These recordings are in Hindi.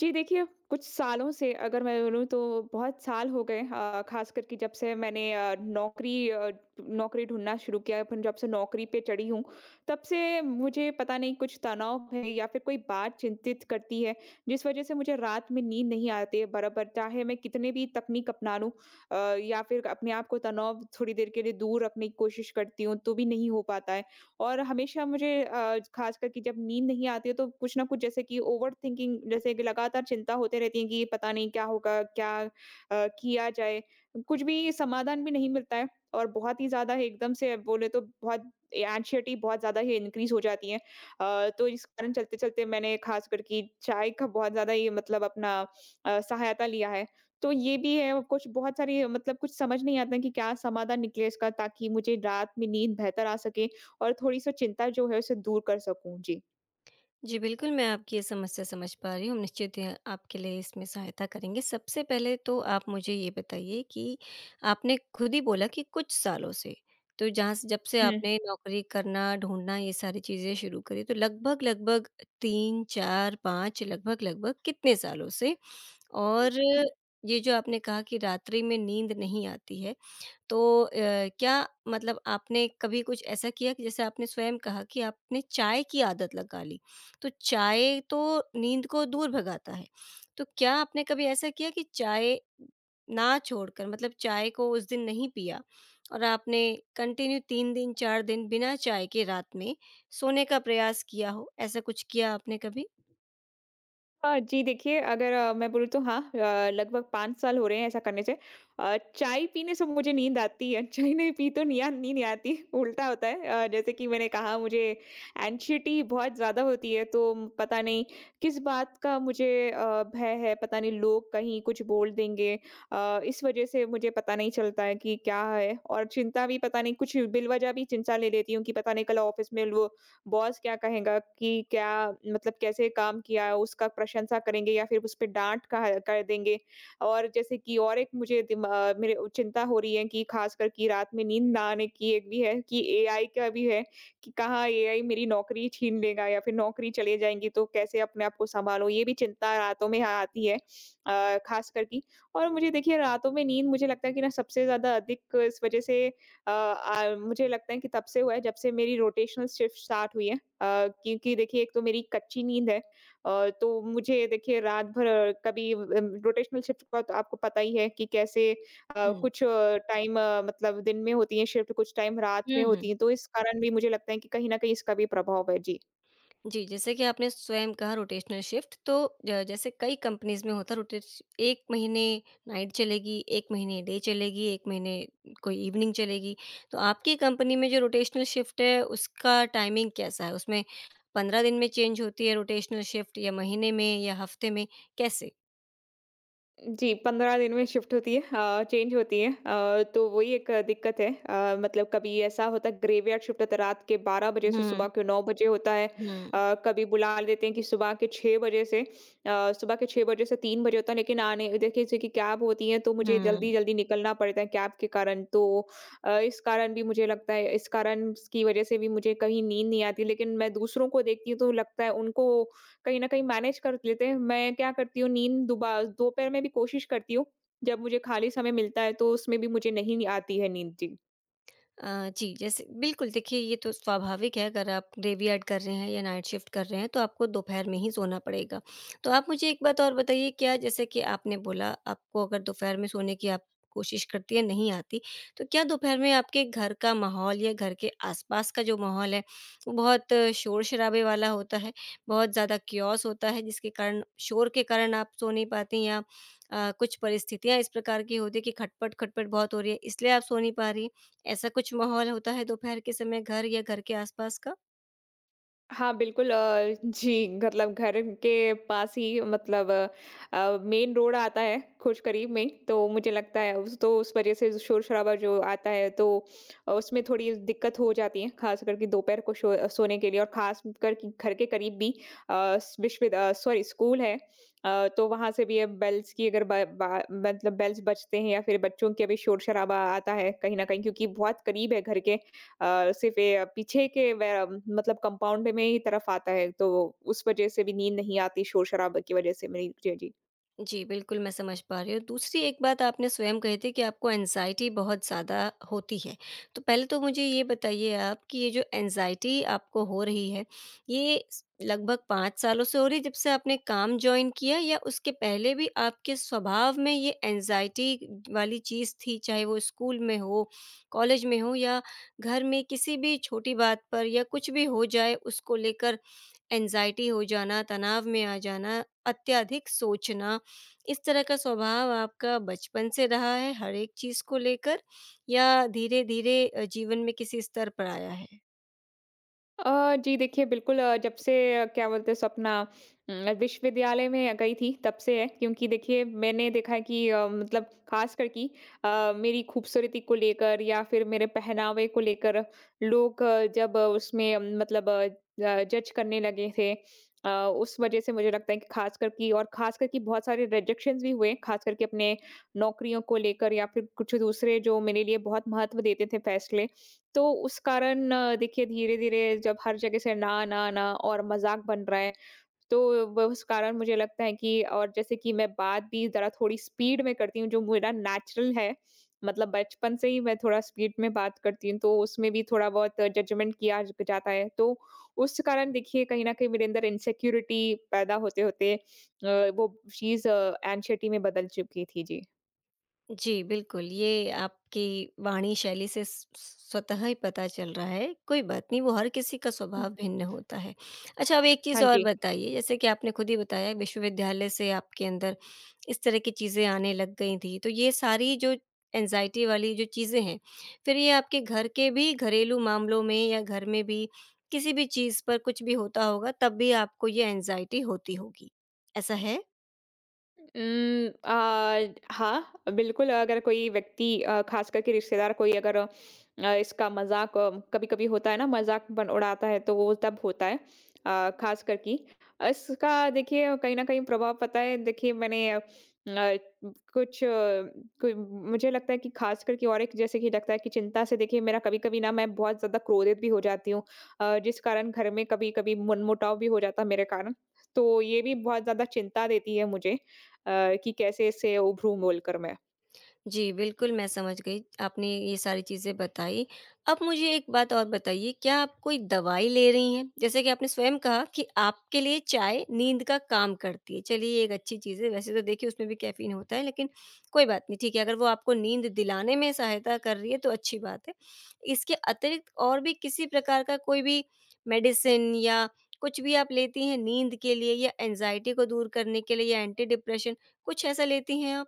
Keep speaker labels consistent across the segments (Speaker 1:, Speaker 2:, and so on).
Speaker 1: जी देखिए, कुछ सालों से अगर मैं बोलूँ तो बहुत साल हो गए, अ, ख़ास करके जब से मैंने नौकरी, नौकरी ढूँढना शुरू किया है, अपन जब से नौकरी पे चढ़ी हूँ, तब से मुझे पता नहीं कुछ तनाव है या फिर कोई बात चिंतित करती है, जिस वज़ह से मुझे रात में नींद नहीं आती है बराबर। चाहे मैं कितने भी तकनीक अपना लूँ या फिर अपने आप को तनाव थोड़ी देर के लिए दूर रखने की कोशिश करती हूँ, तो भी नहीं हो पाता है। और हमेशा मुझे, अ, ख़ासकर कि जब नींद नहीं आती है तो कुछ ना कुछ जैसे कि ओवरथिंकिंग जैसे कि लगातार चिंता होते रहती है कि पता नहीं क्या होगा, क्या किया जाए? कुछ भी समाधान भी नहीं मिलता है और बहुत ही ज़्यादा एकदम से बोले तो बहुत एंग्ज़ायटी बहुत ज़्यादा ही इंक्रीज़ हो जाती है। तो इस कारण चलते-चलते मैंने ख़ासकर कि चाय का बहुत ज़्यादा ये मतलब अपना सहायता लिया है। तो ये भी है और कुछ बहुत सारी मतलब कुछ समझ नहीं आता है कि क्या समाधान निकले इसका ताकि मुझे रात में नींद बेहतर आ सके और थोड़ी-सी चिंता जो है उसे दूर कर सकूँ? जी।
Speaker 2: जी, बिल्कुल, मैं आपकी ये समस्या समझ पा रही हूँ। हम निश्चित ही आपके लिए इसमें सहायता करेंगे। सबसे पहले तो आप मुझे ये बताइए कि आपने खुद ही बोला कि कुछ सालों से, तो जहाँ से जब से
Speaker 1: हुँ।
Speaker 2: आपने नौकरी करना, ढूँढना ये सारी चीज़ें शुरू करी, तो लगभग-लगभग 3, 4, 5 लगभग-लगभग कितने सालों से? और
Speaker 1: अ
Speaker 2: ये जो आपने कहा कि रात्रि में नींद नहीं आती है, तो अ, क्या मतलब आपने कभी कुछ ऐसा किया कि जैसे आपने स्वयं कहा कि आपने चाय की आदत लगा ली, तो चाय तो नींद को दूर भगाता है। तो क्या आपने कभी ऐसा किया कि चाय ना छोड़कर मतलब चाय को उस दिन नहीं पिया और आपने कंटिन्यू 3 दिन, 4 दिन बिना चाय के रात में सोने का प्रयास किया हो? ऐसा कुछ किया आपने कभी?
Speaker 1: जी देखिए, अगर मैं बोलूँ तो हाँ, अ, लगभग 5 साल हो रहे हैं ऐसा करने से। चाय पीने से मुझे नींद आती है, चाय नहीं पी तो निया नींद नहीं आती, उल्टा होता है। जैसे कि मैंने कहा मुझे एंग्ज़ायटी बहुत ज़्यादा होती है, तो पता नहीं किस बात का मुझे भय है, पता नहीं लोग कहीं कुछ बोल देंगे। इस वज़ह से मुझे पता नहीं चलता है कि क्या है और चिंता भी पता नहीं कुछ बिलवज़ह भी चिंता ले लेती हूँ कि पता नहीं कल ऑफ़िस में लो बॉस क्या कहेगा कि क्या मतलब कैसे काम किया, उसका प्रशंसा करेंगे या फिर उस पे डाँट कहा कर देंगे। और जैसे कि और एक मुझे दिमा मेरे चिंता हो रही है कि ख़ासकर कि रात में नींद ना आने की एक भी है कि एआई का भी है कि कहाँ एआई मेरी नौकरी छीन लेगा या फिर नौकरी चले जाएँगी तो कैसे अपने आप को सँभालो? ये भी चिंता रातों में आती है, अ, ख़ासकर कि और मुझे देखिए रातों में नींद मुझे लगता है कि ना सबसे ज़्यादा अधिक इस वज़ह से मुझे लगता है कि तब से हुआ है जब से मेरी रोटेशनल शिफ्ट स्टार्ट हुई है, अ, क्योंकि देखिए एक तो मेरी कच्ची नींद है, अ, तो मुझे देखिए रात भर, अ, कभी रोटेशनल शिफ्ट का तो आपको पता ही है कि कैसे
Speaker 2: हुँ।
Speaker 1: कुछ टाइम मतलब दिन में होती है शिफ्ट कुछ टाइम रात
Speaker 2: हुँ,
Speaker 1: में
Speaker 2: हुँ।
Speaker 1: होती है तो इस कारण भी मुझे लगता है कि कहीं ना कहीं इसका भी प्रभाव है जी।
Speaker 2: जी, जैसे कि आपने स्वयं कहा रोटेशनल शिफ्ट तो ज जैसे कई कंपनीज़ में होता है रोटेश 1 महीने नाइट चलेगी, 1 महीने डे चलेगी, 1 महीने कोई इवनिंग चलेगी। तो आपकी कंपनी में जो रोटेशनल शिफ्ट है उसका टाइमिंग कैसा है? उसमें 15 दिन में चेंज होती है रोटेशनल शिफ्ट या महीने में या हफ्ते में, कैसे?
Speaker 1: जी, 15 दिन में शिफ्ट होती है, अ, चेंज होती है, अ, तो वही एक अ, दिक्कत है, अ, मतलब कभी ऐसा होता है ग्रेवयार्ड शिफ्ट होता है रात के 12 बजे से
Speaker 2: हुँ,
Speaker 1: सुबह के 9 बजे होता है,
Speaker 2: हुँ,
Speaker 1: अ, कभी बुला देते हैं कि सुबह के 6 बजे से, अ, सुबह के 6 बजे से 3 बजे होता है लेकिन आने देखिए जैसे कि कैब होती है तो मुझे
Speaker 2: हुँ।
Speaker 1: जल्दी-जल्दी निकलना पड़ता है कैब के कारण तो, अ, इस कारण भी मुझे लगता है इस कारण की वज़ह से भी मुझे कहीं नींद नहीं आती लेकिन मैं दूसरों को देखती हूँ तो लगता है उनको कहीं न कहीं मैनेज कर लेते हैं। मैं क्या करती हूँ नींद दुबा दोपहर में भी कोशिश करती हूँ, जब मुझे खाली समय मिलता है तो उसमें भी मुझे नहीं आती है नींद। जी।
Speaker 2: जी, जैसे बिल्कुल देखिए ये तो स्वाभाविक है अगर आप ग्रेवयार्ड कर रहे हैं या नाइट शिफ्ट कर रहे हैं तो आपको दोपहर में ही सोना पड़ेगा। तो आप मुझे एक बात और बताइए क्या जैसे कि आपने बोला आपको अगर दोपहर में सोने की आप कोशिश करती हैं नहीं आती, तो क्या दोपहर में आपके घर का माहौल या घर के आस-पास का जो माहौल है वो बहुत शोर-शराबे वाला होता है? बहुत ज़्यादा किओस होता है जिसके कारण शोर के कारण आप सो नहीं पाती या कुछ परिस्थितियाँ इस प्रकार की होती है कि खटपट-खटपट बहुत हो रही है इसलिए आप सो नहीं पा रही? हैं? ऐसा कुछ माहौल होता है दोपहर के समय घर या घर के आसपास का?
Speaker 1: हाँ, बिल्कुल, अ, जी, मतलब घर के पास ही मतलब मेन रोड आता है कुछ करीब में ही, तो मुझे लगता है उस तो उस वज़ह से शोर-शराबा जो आता है तो अ, उसमें थोड़ी दिक्कत हो जाती है, ख़ास करके दोपहर को शो सोने के लिए और ख़ास कर कि घर के करीब भी अ, सॉरी स्कूल है, अ, तो वहाँ से भी ये बेल्स की अगर ब बा मतलब बेल्स बजते हैं या फिर बच्चों के भी शोर-शराबा आता है कहीं न कहीं क्योंकि बहुत करीब है घर के, अ, सिर्फ़ ये पीछे के वे मतलब कंपाउंड में ही तरफ आता है, तो उस वज़ह से भी नींद नहीं आती शोर-शराबा की वज़ह से मेरी। जी, जी।
Speaker 2: जी, बिल्कुल मैं समझ पा रही हूँ। दूसरी एक बात आपने स्वयं कही थी कि आपको एंग्ज़ायटी बहुत ज़्यादा होती है। तो पहले तो मुझे ये बताइए आप कि ये जो एंग्ज़ायटी आपको हो रही है, ये स लगभग 5 सालों से हो रही है जब से आपने काम जॉइन किया या उसके पहले भी आपके स्वभाव में ये एंग्ज़ायटी वाली चीज़ थी? चाहे वो स्कूल में हो, कॉलेज में हो या घर में किसी भी छोटी बात पर या कुछ भी हो जाए उसको लेकर एंग्ज़ायटी हो जाना, तनाव में आ जाना, अत्यधिक सोचना, इस तरह का स्वभाव आपका बचपन से रहा है हर एक चीज़ को लेकर या धीरे-धीरे जीवन में किसी स्तर पर आया है?
Speaker 1: जी देखिए बिल्कुल, अ, जब से क्या बोलते हैं सो अपना विश्वविद्यालय में गई थी तब से है क्योंकि देखिए मैंने देखा है कि अ, मतलब खास कर कि अ, मेरी खूबसूरती को लेकर या फिर मेरे पहनावे को लेकर लोग, अ, जब अ, उसमें अम, मतलब जज करने लगे थे, अ, उस वजह से मुझे लगता है कि खास कर की और खास कर की बहुत सारे रिजेक्शन भी हुए खास करके अपने नौकरियों को लेकर या फिर कुछ दूसरे जो मेरे लिए बहुत महत्व देते थे फैसले तो उस कारण अ, देखिए धीरे-धीरे जब हर जगह से ना, ना, ना और मज़ाक बन रहा है, तो व उस कारण मुझे लगता है कि और जैसे कि मैं बात भी ज़रा थोड़ी स्पीड में करती हूँ, जो मेरा नेचुरल है। मतलब बचपन से ही मैं थोड़ा स्पीड में बात करती हूँ, तो उसमें भी थोड़ा-बहुत जजमेंट किया ज जाता है। तो उस कारण देखिए कहीं न कहीं मेरे अंदर इनसिक्योरिटी पैदा होते-होते अ, वो चीज़ एंग्ज़ायटी में बदल चुकी थी। जी।
Speaker 2: जी, बिल्कुल, ये आपकी वाणी शैली से स स्वतः ही पता चल रहा है, कोई बात नहीं, वो हर किसी का
Speaker 1: हुँ।
Speaker 2: स्वभाव भिन्न होता है। अच्छा, अब एक
Speaker 1: हाँ
Speaker 2: चीज़ और
Speaker 1: जी।
Speaker 2: बताइए, जैसे कि आपने खुद ही बताया विश्वविद्यालय से आपके अंदर इस तरह की चीज़ें आने लग गई थी, तो ये सारी जो एंग्ज़ायटी वाली जो चीज़ें हैं, फिर ये आपके घर के भी घरेलू मामलों में या घर में भी किसी भी चीज़ पर कुछ भी होता होगा, तब भी आपको ये एंग्ज़ायटी होती होगी, ऐसा है?
Speaker 1: हाँ, बिल्कुल अगर कोई व्यक्ति, अ, ख़ास करके रिश्तेदार कोई अगर अ, इसका मज़ाक कभी-कभी होता है ना मज़ाक बन उड़ाता है तो वो तब होता है, अ, ख़ास करके। इसका देखिए कहीं न कहीं प्रभाव पता है देखिए मैंने कुछ अ, कोई मुझे लगता है कि ख़ास करके और एक जैसे कि लगता है कि चिंता से देखिए मेरा कभी-कभी ना मैं बहुत ज़्यादा क्रोधित भी हो जाती हूँ, अ, जिस कारण घर में कभी-कभी मनमुटाव भी हो जाता है मेरे कारण। तो ये भी बहुत ज़्यादा चिंता देती है मुझे अ, कि कैसे इससे उभरूँ बोलकर मैं।
Speaker 2: जी, बिल्कुल मैं समझ गई, आपने ये सारी चीज़ें बताई। अब मुझे एक बात और बताइए, क्या आप कोई दवाई ले रही हैं? जैसे कि आपने स्वयं कहा कि आपके लिए चाय नींद का काम करती है, चलिए ये एक अच्छी चीज़ है। वैसे तो देखिए उसमें भी कैफ़ीन होता है लेकिन कोई बात नहीं, ठीक है, अगर वो आपको नींद दिलाने में सहायता कर रही है तो अच्छी बात है। इसके अतिरिक्त और भी किसी प्रकार का कोई भी मेडिसिन या कुछ भी आप लेती हैं नींद के लिए या एंग्ज़ायटी को दूर करने के लिए या एंटी डिप्रेशन, कुछ ऐसा लेती हैं आप?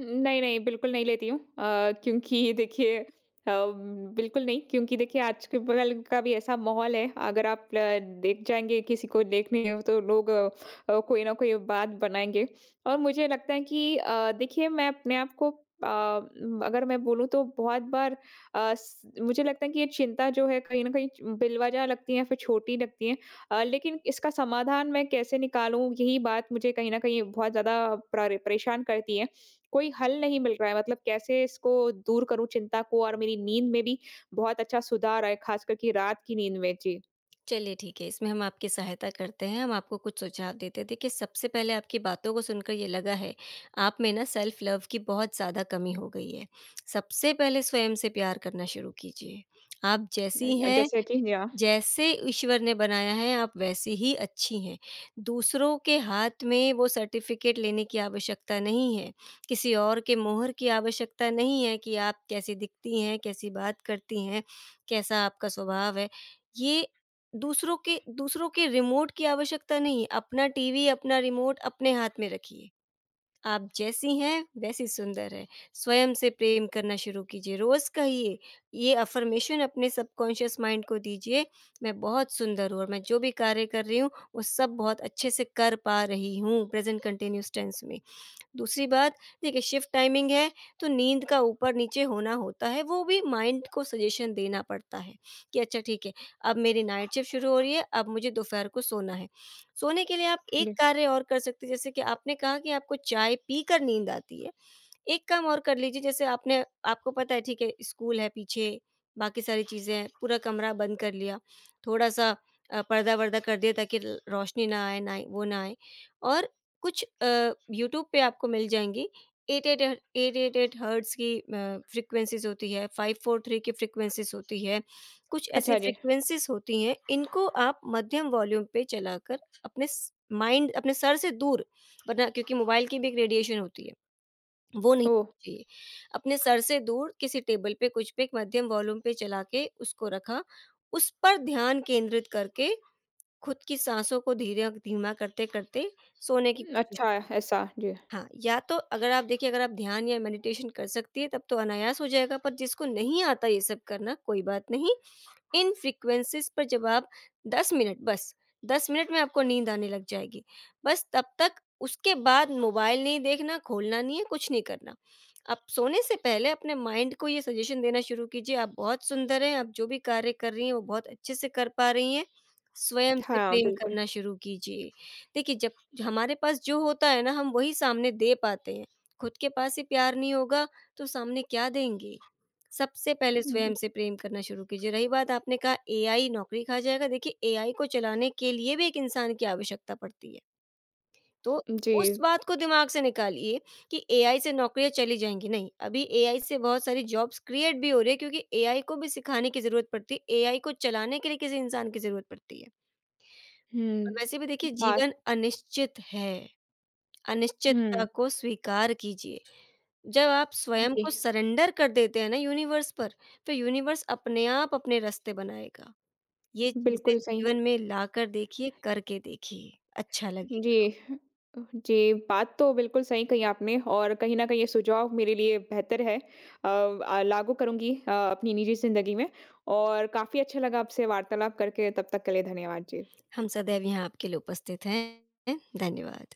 Speaker 1: नहीं, नहीं, बिल्कुल नहीं लेती हूँ, अ, क्योंकि देखिए अ, बिल्कुल नहीं क्योंकि देखिए आजकल बगल का भी ऐसा माहौल है, अगर आप ल देख जाएँगे किसी को देखने हो तो लोग अ, अ, कोई ना कोई बात बनाएँगे और मुझे लगता है कि अ, देखिए मैं अपने आप को, अ, अगर मैं बोलूँ तो बहुत बार अ, स मुझे लगता है कि ये चिंता जो है कहीं न कहीं च बिलवजह लगती है या फिर छोटी लगती है, अ, लेकिन इसका समाधान मैं कैसे निकालूँ यही बात मुझे कहीं न कहीं बहुत ज़्यादा परेशान करती है। कोई हल नहीं मिल रहा है मतलब कैसे इसको दूर करूँ चिंता को और मेरी नींद में भी बहुत अच्छा सुधार आए ख़ास कर कि रात की नींद में। जी।
Speaker 2: चलिए ठीक है, इसमें हम आपकी सहायता करते हैं, हम आपको कुछ सुझाव देते हैं। देखिए, सबसे पहले आपकी बातों को सुनकर ये लगा है, आप में ना सेल्फ लव की बहुत ज़्यादा कमी हो गई है। सबसे पहले स्वयं से प्यार करना शुरू कीजिए। आप
Speaker 1: नहीं।
Speaker 2: जैसी
Speaker 1: अ,
Speaker 2: हैं
Speaker 1: जैसे कि जी, हाँ।
Speaker 2: जैसे ईश्वर ने बनाया है आप वैसे ही अच्छी हैं। दूसरों के हाथ में वो सर्टिफ़िकेट लेने की आवश्यकता नहीं है, किसी और के मोहर की आवश्यकता नहीं है कि आप कैसी दिखती हैं, कैसी बात करती हैं, कैसा आपका स्वभाव है। ये दूसरों के रिमोट की आवश्यकता नहीं है, अपना टीवी, अपना रिमोट अपने हाथ में रखिए। आप जैसी हैं, वैसी सुंदर हैं। स्वयं से प्रेम करना शुरू कीजिए, रोज़ कहिए, ये अफ़र्मेशन अपने सबकॉन्शियस माइंड को दीजिए, मैं बहुत सुंदर हूँ और मैं जो भी कार्य कर रही हूँ, वो सब बहुत अच्छे से कर पा रही हूँ, प्रेज़ेंट कंटीन्यूअस टेंस में। दूसरी बात, देखिए शिफ्ट टाइमिंग है, तो नींद का ऊपर-नीचे होना होता है, वो भी माइंड को सजेशन देना पड़ता है कि अच्छा ठीक है, अब मेरी नाइट शिफ्ट शुरू हो रही है, अब मुझे दोपहर को सोना है। सोने के लिए आप
Speaker 1: हाँ
Speaker 2: एक
Speaker 1: जी।
Speaker 2: कार्य और कर सकते हैं जैसे कि आपने कहा कि आपको चाय पीकर नींद आती है। एक काम और कर लीजिए जैसे आपने आपको पता है ठीक है स्कूल है पीछे, बाकी सारी चीज़ें हैं, पूरा कमरा बंद कर लिया, थोड़ा-सा पर्दा-वर्दा कर दिया ताकि ल रोशनी ना आए ना वो ना आए और कुछ यूट्यूब पे आपको मिल जाएँगी 888 888 हर्ट्ज़ की फ्रीक्वेंसीज़ होती है, 543 की फ्रीक्वेंसीज़ होती है, कुछ ऐसी
Speaker 1: अच्छा जी।
Speaker 2: फ्रीक्वेंसीज़ होती हैं, इनको आप मध्यम वॉल्यूम पे चलाकर अपने स माइंड अपने सर से दूर वरना क्योंकि मोबाइल की भी एक रेडिएशन होती है। वो नहीं
Speaker 1: ओह!
Speaker 2: होना चाहिए। अपने सर से दूर किसी टेबल पे कुछ पे एक मध्यम वॉल्यूम पे चला के उसको रखा। उस पर ध्यान केंद्रित करके खुद की साँसों को धीरे धीमा करते-करते सोने की कोशिश
Speaker 1: अच्छा
Speaker 2: की।
Speaker 1: ऐसा। जी।
Speaker 2: हाँ, या तो अगर आप देखिए अगर आप ध्यान या मेडिटेशन कर सकती हैं तब तो अनायास हो जाएगा पर जिसको नहीं आता ये सब करना कोई बात नहीं। इन फ्रीक्वेंसीज़ पर जब आप 10 मिनट बस 10 मिनट में आपको नींद आने लग जाएगी। बस तब तक उसके बाद मोबाइल नहीं देखना, खोलना नहीं है, कुछ नहीं करना। आप सोने से पहले अपने माइंड को ये सजेशन देना शुरू कीजिए, आप बहुत सुंदर हैं, आप जो भी कार्य कर रही हैं वो बहुत अच्छे से कर पा रही हैं। स्वयं से
Speaker 1: हाँ,
Speaker 2: प्रेम
Speaker 1: बिल्कुल।
Speaker 2: करना शुरू कीजिए। देखिए जब हमारे पास जो होता है ना हम वही सामने दे पाते हैं। खुद के पास ही प्यार नहीं होगा तो सामने क्या देंगे? सबसे पहले
Speaker 1: हुँ, हुँ।
Speaker 2: स्वयं से प्रेम करना शुरू कीजिए। रही बात आपने कहा एआई नौकरी खा जाएगा, देखिए एआई को चलाने के लिए भी एक इंसान की आवश्यकता पड़ती है। तो
Speaker 1: जी।
Speaker 2: उस बात को दिमाग से निकालिए कि एआई से नौकरियाँ चली जाएँगी, नहीं। अभी एआई से बहुत सारी जॉब्स क्रिएट भी हो रही है क्योंकि एआई को भी सिखाने की ज़रूरत पड़ती है, एआई को चलाने के लिए किसी इंसान की ज़रूरत पड़ती है।
Speaker 1: हुँ।
Speaker 2: और वैसे भी देखिए
Speaker 1: बात
Speaker 2: जीवन अनिश्चित है, अनिश्चितता
Speaker 1: हुँ।
Speaker 2: को स्वीकार कीजिए। जब आप स्वयं को
Speaker 1: जी,
Speaker 2: सरेंडर कर देते हैं ना यूनिवर्स पर, तो यूनिवर्स अपने आप अपने रास्ते बनाएगा। ये चीज़ें
Speaker 1: बिल्कुल सही।
Speaker 2: जीवन में लाकर देखिए, करके देखिए, अच्छा
Speaker 1: जी।
Speaker 2: लगेगा।
Speaker 1: अ, जी, बात तो बिल्कुल सही कही आपने और कहीं न कहीं ये सुझाव मेरे लिए बेहतर है। लागू करूँगी अ, अपनी निजी ज़िंदगी में और काफ़ी अच्छा लगा आपसे वार्तालाप करके। तब तक के लिए धन्यवाद। जी।
Speaker 2: हम सदैव यहाँ आपके लिए उपस्थित हैं। धन्यवाद।